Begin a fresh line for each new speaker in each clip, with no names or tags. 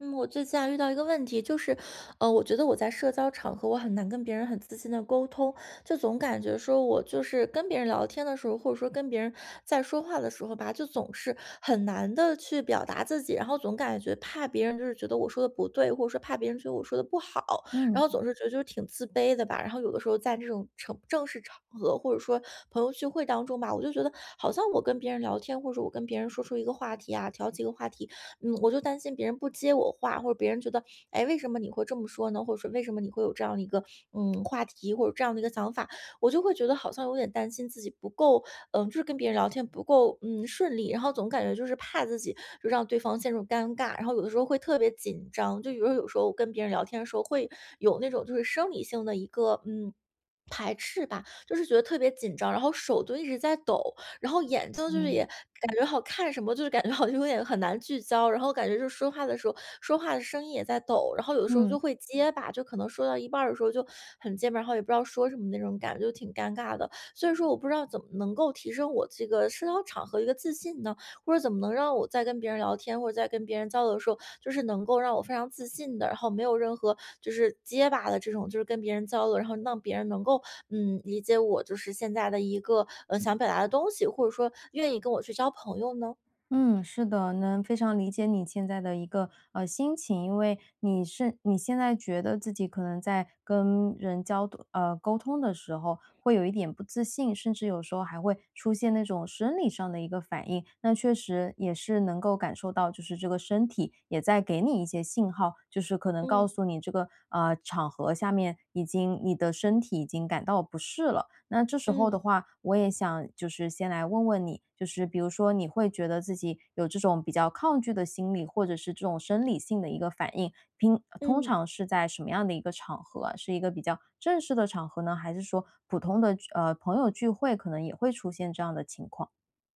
嗯，我最近啊遇到一个问题，就是，我觉得我在社交场合我很难跟别人很自信的沟通，就总感觉说我就是跟别人聊天的时候，或者说跟别人在说话的时候吧，就总是很难的去表达自己，然后总感觉怕别人就是觉得我说的不对，或者说怕别人觉得我说的不好，然
嗯。
后总是觉得就是挺自卑的吧。然后有的时候在这种正式场合，或者说朋友聚会当中吧，我就觉得好像我跟别人聊天，或者我跟别人说出一个话题啊，挑起一个话题，我就担心别人不接我话，或者别人觉得，哎，为什么你会这么说呢？或者说为什么你会有这样的一个话题或者这样的一个想法，我就会觉得好像有点担心自己不够，就是跟别人聊天不够顺利，然后总感觉就是怕自己就让对方陷入尴尬，然后有的时候会特别紧张，就比如说有时候我跟别人聊天的时候会有那种就是生理性的一个排斥吧，就是觉得特别紧张，然后手就一直在抖，然后眼睛就是也
嗯。
感觉好看什么，就是感觉好像有点很难聚焦，然后感觉就说话的时候，说话的声音也在抖，然后有的时候就
嗯
会结巴，就可能说到一半儿的时候就很结巴，然后也不知道说什么那种感觉，就挺尴尬的。所以说，我不知道怎么能够提升我这个社交场合一个自信呢？或者怎么能让我在跟别人聊天或者在跟别人交流的时候，就是能够让我非常自信的，然后没有任何就是结巴的这种，就是跟别人交流，然后让别人能够理解我就是现在的一个想表达的东西，或者说愿意跟我去交朋友呢？
嗯，是的，能非常理解你现在的一个，心情。因为你现在觉得自己可能在跟人交沟通的时候会有一点不自信，甚至有时候还会出现那种生理上的一个反应。那确实也是能够感受到，就是这个身体也在给你一些信号，就是可能告
嗯
诉你这个，场合下面已经你的身体已经感到不适了。那这时候的
嗯
话，我也想就是先来问问你，就是比如说你会觉得自己有这种比较抗拒的心理，或者是这种生理性的一个反应，平通
嗯。
常是在什么样的一个场合啊是一个比较正式的场合呢，还是说普通的朋友聚会可能也会出现这样的情况？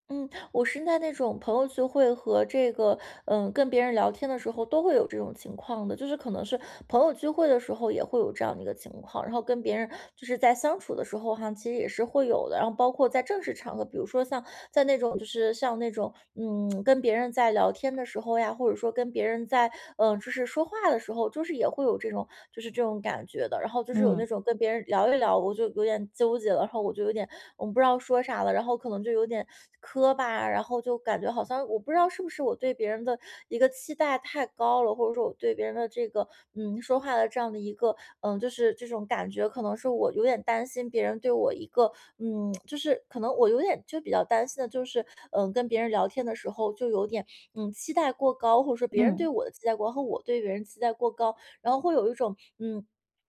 嗯，我是在那种朋友聚会和这个，跟别人聊天的时候都会有这种情况的，就是可能是朋友聚会的时候也会有这样的一个情况，然后跟别人就是在相处的时候哈，其实也是会有的。然后包括在正式场合，比如说像在那种就是像那种跟别人在聊天的时候呀，或者说跟别人在就是说话的时候，就是也会有这种就是这种感觉的。然后就是有那
嗯
种跟别人聊一聊，我就有点纠结了，然后我就有点我不知道说啥了，然后可能就有点磕巴，然后就感觉好像我不知道是不是我对别人的一个期待太高了，或者说我对别人的这个说话的这样的一个就是这种感觉，可能是我有点担心别人对我一个就是可能我有点就比较担心的就是跟别人聊天的时候就有点期待过高，或者说别人对
嗯
我的期待过高和我对别人期待过高，然后会有一种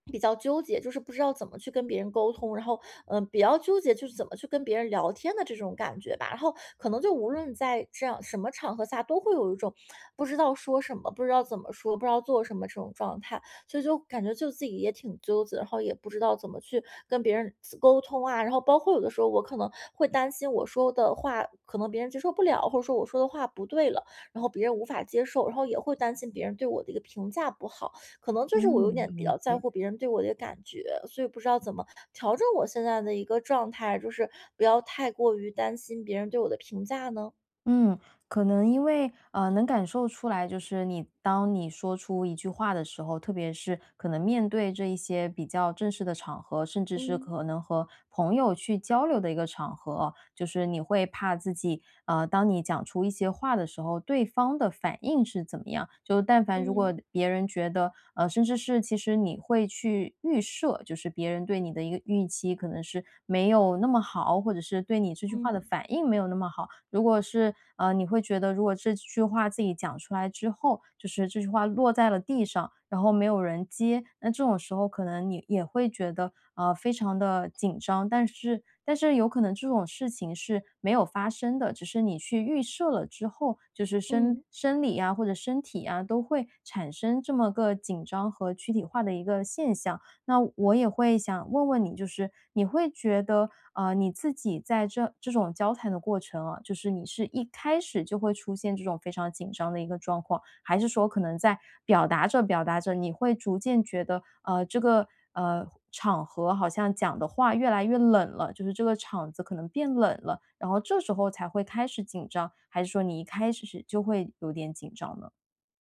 比较纠结，就是不知道怎么去跟别人沟通，然后，比较纠结就是怎么去跟别人聊天的这种感觉吧。然后可能就无论在这样什么场合下，都会有一种不知道说什么、不知道怎么说、不知道做什么这种状态，所以就感觉就自己也挺纠结，然后也不知道怎么去跟别人沟通啊。然后包括有的时候我可能会担心我说的话可能别人接受不了，或者说我说的话不对了，然后别人无法接受，然后也会担心别人对我的一个评价不好。可能就是我有
嗯，
点比
理
较在
解。
乎别人对我的感觉，所以不知道怎么调整我现在的一个状态，就是不要太过于担心别人对我的评价呢？
嗯，可能因为能感受出来，就是你当你说出一句话的时候，特别是可能面对这一些比较正式的场合，甚至是
嗯
可能和朋友去交流的一个场合，就是你会怕自己当你讲出一些话的时候，对方的反应是怎么样？就但凡如
嗯
果别人觉得甚至是其实你会去预设，就是别人对你的一个预期可能是没有那么好。好，或者是对你这句话的
嗯
反应没有那么好。如果是你会觉得如果这句话自己讲出来之后，就是这句话落在了地上，然后没有人接，那这种时候可能你也会觉得非常的紧张，但是有可能这种事情是没有发生的，只是你去预设了之后，就是生
嗯。
生理啊或者身体啊都会产生这么个紧张和躯体化的一个现象。那我也会想问问你，就是你会觉得，你自己在这这种交谈的过程啊，就是你是一开始就会出现这种非常紧张的一个状况，还是说可能在表达着，你会逐渐觉得，这个场合好像讲的话越来越冷了，就是这个场子可能变冷了，然后这时候才会开始紧张，还是说你一开始就会有点紧张呢？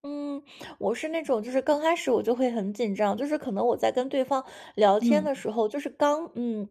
嗯，我是那种就是刚开始我就会很紧张，就是可能我在跟对方聊天
嗯
的时候，就是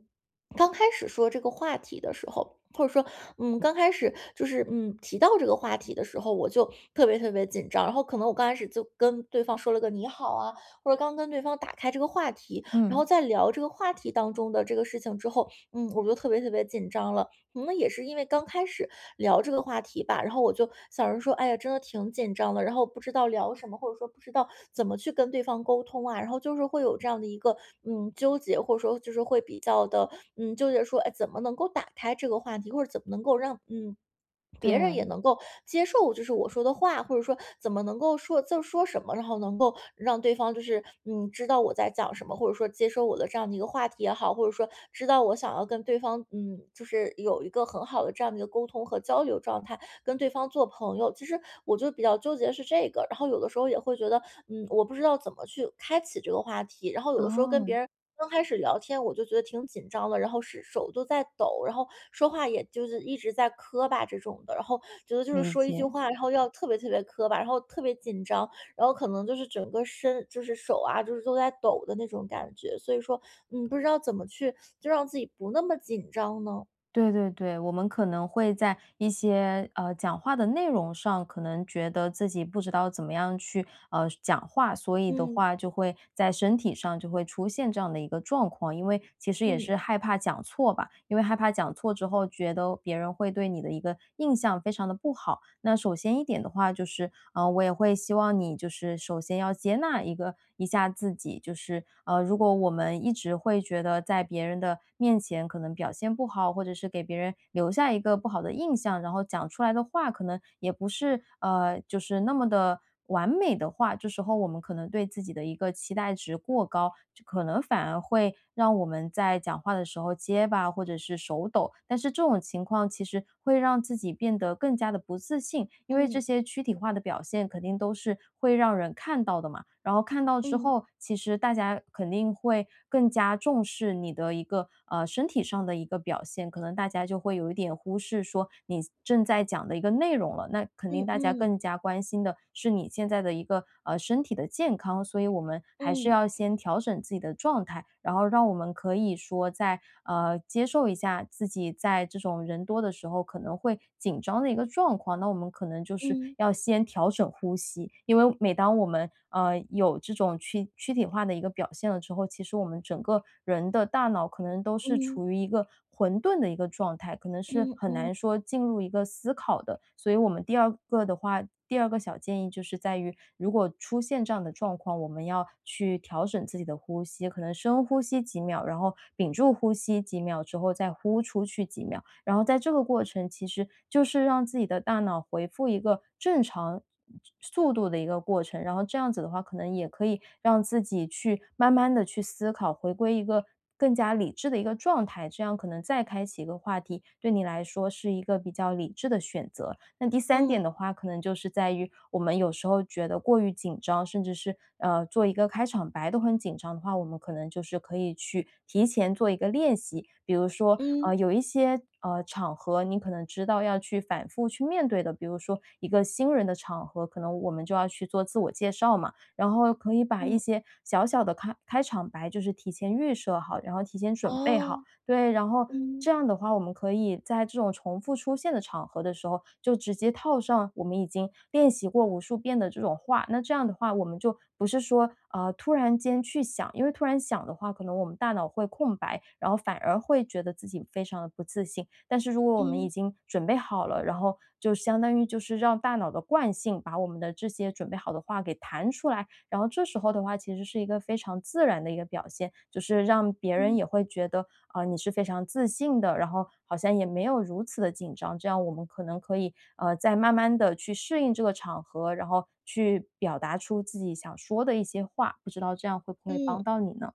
刚开始说这个话题的时候，或者说刚开始就是提到这个话题的时候，我就特别特别紧张。然后可能我刚开始就跟对方说了个你好啊，或者刚跟对方打开这个话题，然后
嗯，
在聊这个话题当中的这个事情之后，我就特别特别紧张了。可能也是因为刚开始聊这个话题吧，然后我就想着说，哎呀，真的挺紧张的，然后不知道聊什么，或者说不知道怎么去跟对方沟通啊，然后就是会有这样的一个纠结，或者说就是会比较的纠结说，哎，怎么能够打开这个话题，或者怎么能够让别人也
对，
能够接受，就是我说的话，或者说怎么能够说就说什么，然后能够让对方就是知道我在讲什么，或者说接受我的这样的一个话题也好，或者说知道我想要跟对方就是有一个很好的这样的一个沟通和交流状态，跟对方做朋友。其实我就比较纠结是这个，然后有的时候也会觉得我不知道怎么去开启这个话题，然后有的时候跟别
哦，
人刚开始聊天我就觉得挺紧张的，然后是手都在抖，然后说话也就是一直在磕巴这种的，然后觉得就是
理
说一句
解。
话，然后要特别特别磕巴，然后特别紧张，然后可能就是整个身就是手啊，就是都在抖的那种感觉，所以说，不知道怎么去就让自己不那么紧张呢？
对对对，我们可能会在一些讲话的内容上，可能觉得自己不知道怎么样去讲话，所以的
嗯
话就会在身体上就会出现这样的一个状况，因为其实也
嗯
是害怕讲错吧，因为害怕讲错之后，觉得别人会对你的一个印象非常的不好。那首先一点的话，就是我也会希望你就是首先要接纳一个一下自己，就是如果我们一直。只会觉得在别人的面前可能表现不好，或者是给别人留下一个不好的印象，然后讲出来的话可能也不是就是那么的完美的话，这时候我们可能对自己的一个期待值过高，就可能反而会让我们在讲话的时候结巴或者是手抖。但是这种情况其实会让自己变得更加的不自信，因为这
嗯
些躯体化的表现肯定都是会让人看到的嘛。然后看到之
嗯
后，其实大家肯定会更加重视你的一个身体上的一个表现，可能大家就会有一点忽视说你正在讲的一个内容了。那肯定
嗯
大家
嗯
更加关心的是你现在的一个身体的健康，所以我们还是
嗯
要先调整自己的状态，然后让我们可以说在接受一下自己在这种人多的时候可能会紧张的一个状况。那我们可能就。就是
嗯
要先调整呼吸。因为每当我们有这种躯体化的一个表现了之后，其实我们整个人的大脑可能都是
嗯
处于一个混沌的一个状态，可能是
嗯
很
嗯
难说进入一个思考的。所以我们第二个的话，第二个小建议就是在于，如果出现这样的状况，我们要去调整自己的呼吸，可能深呼吸几秒，然后屏住呼吸几秒之后再呼出去几秒，然后在这个过程，其实就是让自己的大脑回复一个正常速度的一个过程，然后这样子的话，可能也可以让自己去慢慢的去思考，回归一个更加理智的一个状态，这样可能再开启一个话题，对你来说是一个比较理智的选择。那第三点的
嗯
话，可能就是在于我们有时候觉得过于紧张，甚至是做一个开场白都很紧张的话，我们可能就是可以去提前做一个练习，比如说
嗯
有一些场合你可能知道要去反复去面对的，比如说一个新人的场合，可能我们就要去做自我介绍嘛，然后可以把一
嗯，
些小小的开场白就是提前预设好，然后提前准备好，
哦，
对，然后
嗯
这样的话，我们可以在这种重复出现的场合的时候，就直接套上我们已经练习过无数遍的这种话。那这样的话，我们就不是说，突然间去想，因为突然想的话，可能我们大脑会空白，然后反而会觉得自己非常的不自信。但是如果我们
嗯
已经准备好了，然后就相当于就是让大脑的惯性把我们的这些准备好的话给弹出来，然后这时候的话，其实是一个非常自然的一个表现，就是让别人
嗯
也会觉得啊、你是非常自信的，然后好像也没有如此的紧张。这样我们可能可以再慢慢的去适应这个场合，然后去表达出自己想说的一些话。不知道这样会不会帮
嗯。
到你呢？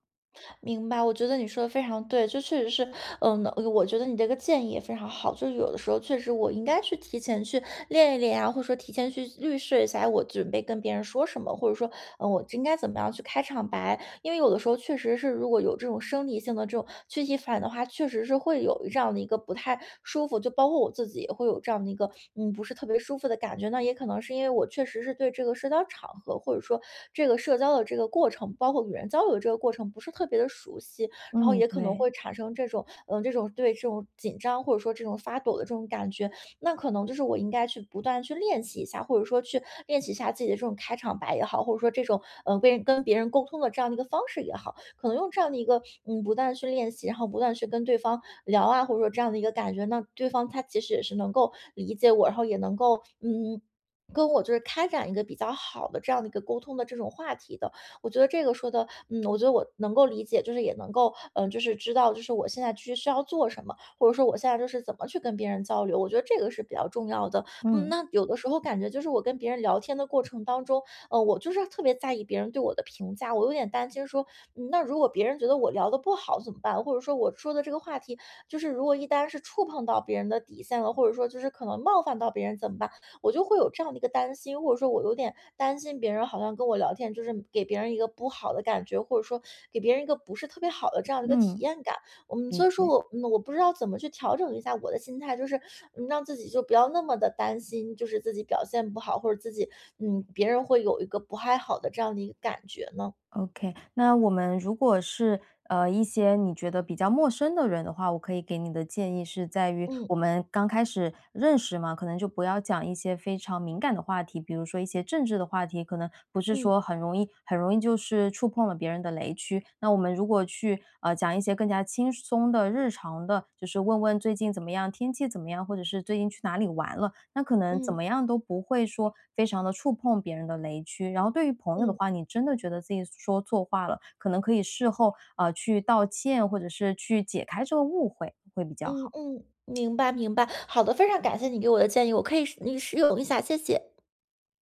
明白，我觉得你说的非常对，就确实是，嗯，我觉得你这个建议也非常好。就是有的时候确实我应该去提前去练一练啊，或者说提前去预示一下，哎我准备跟别人说什么，或者说，我应该怎么样去开场白。因为有的时候确实是，如果有这种生理性的这种躯体反应的话，确实是会有这样的一个不太舒服，就包括我自己也会有这样的一个，不是特别舒服的感觉。那也可能是因为我确实是对这个社交场合，或者说这个社交的这个过程，包括与人交流的这个过程，不是特别的熟悉，然后
嗯，
也可能会
对，
产生这种，这种对这种紧张或者说这种发抖的这种感觉。那可能就是我应该去不断去练习一下，或者说去练习一下自己的这种开场白也好，或者说这种跟别人沟通的这样的一个方式也好，可能用这样的一个不断地去练习，然后不断地去跟对方聊啊，或者说这样的一个感觉，那对方他其实也是能够理解我，然后也能够跟我就是开展一个比较好的这样的一个沟通的这种话题的，我觉得这个说的，我觉得我能够理解，就是也能够，就是知道，就是我现在去需要做什么。或者说我现在就是怎么去跟别人交流，我觉得这个是比较重要的。
嗯
那有的时候感觉就是我跟别人聊天的过程当中，我就是特别在意别人对我的评价，我有点担心说，那如果别人觉得我聊的不好怎么办？或者说我说的这个话题，就是如果一旦是触碰到别人的底线了，或者说就是可能冒犯到别人怎么办？我就会有这样的一个担心，或者说我有点担心别人好像跟我聊天，就是给别人一个不好的感觉，或者说给别人一个不是特别好的这样的一个体
嗯，
验感。
理
所以说
解。
我不知道怎么去调整一下我的心态，就是让自己就不要那么的担心，就是自己表现不好，或者自己别人会有一个不太好的这样的一个感觉呢？
OK,那我们如果是一些你觉得比较陌生的人的话，我可以给你的建议是在于
嗯，
我们刚开始认识嘛，可能就不要讲一些非常敏感的话题，比如说一些政治的话题，可能不是说
嗯，
很容易就是触碰了别人的雷区。那我们如果去讲一些更加轻松的、日常的，就是问问最近怎么样，天气怎么样，或者是最近去哪里玩了，那可能怎
嗯，
么样都不会说非常的触碰别人的雷区。然后对于朋友的
嗯，
话，你真的觉得自己说错话了，可能可以事后啊，去道歉，或者是去解开这个误会，会比较
嗯，
好。
嗯，明白，明白。好的，非常感谢你给我的建议，我可以试你使用一下，谢谢。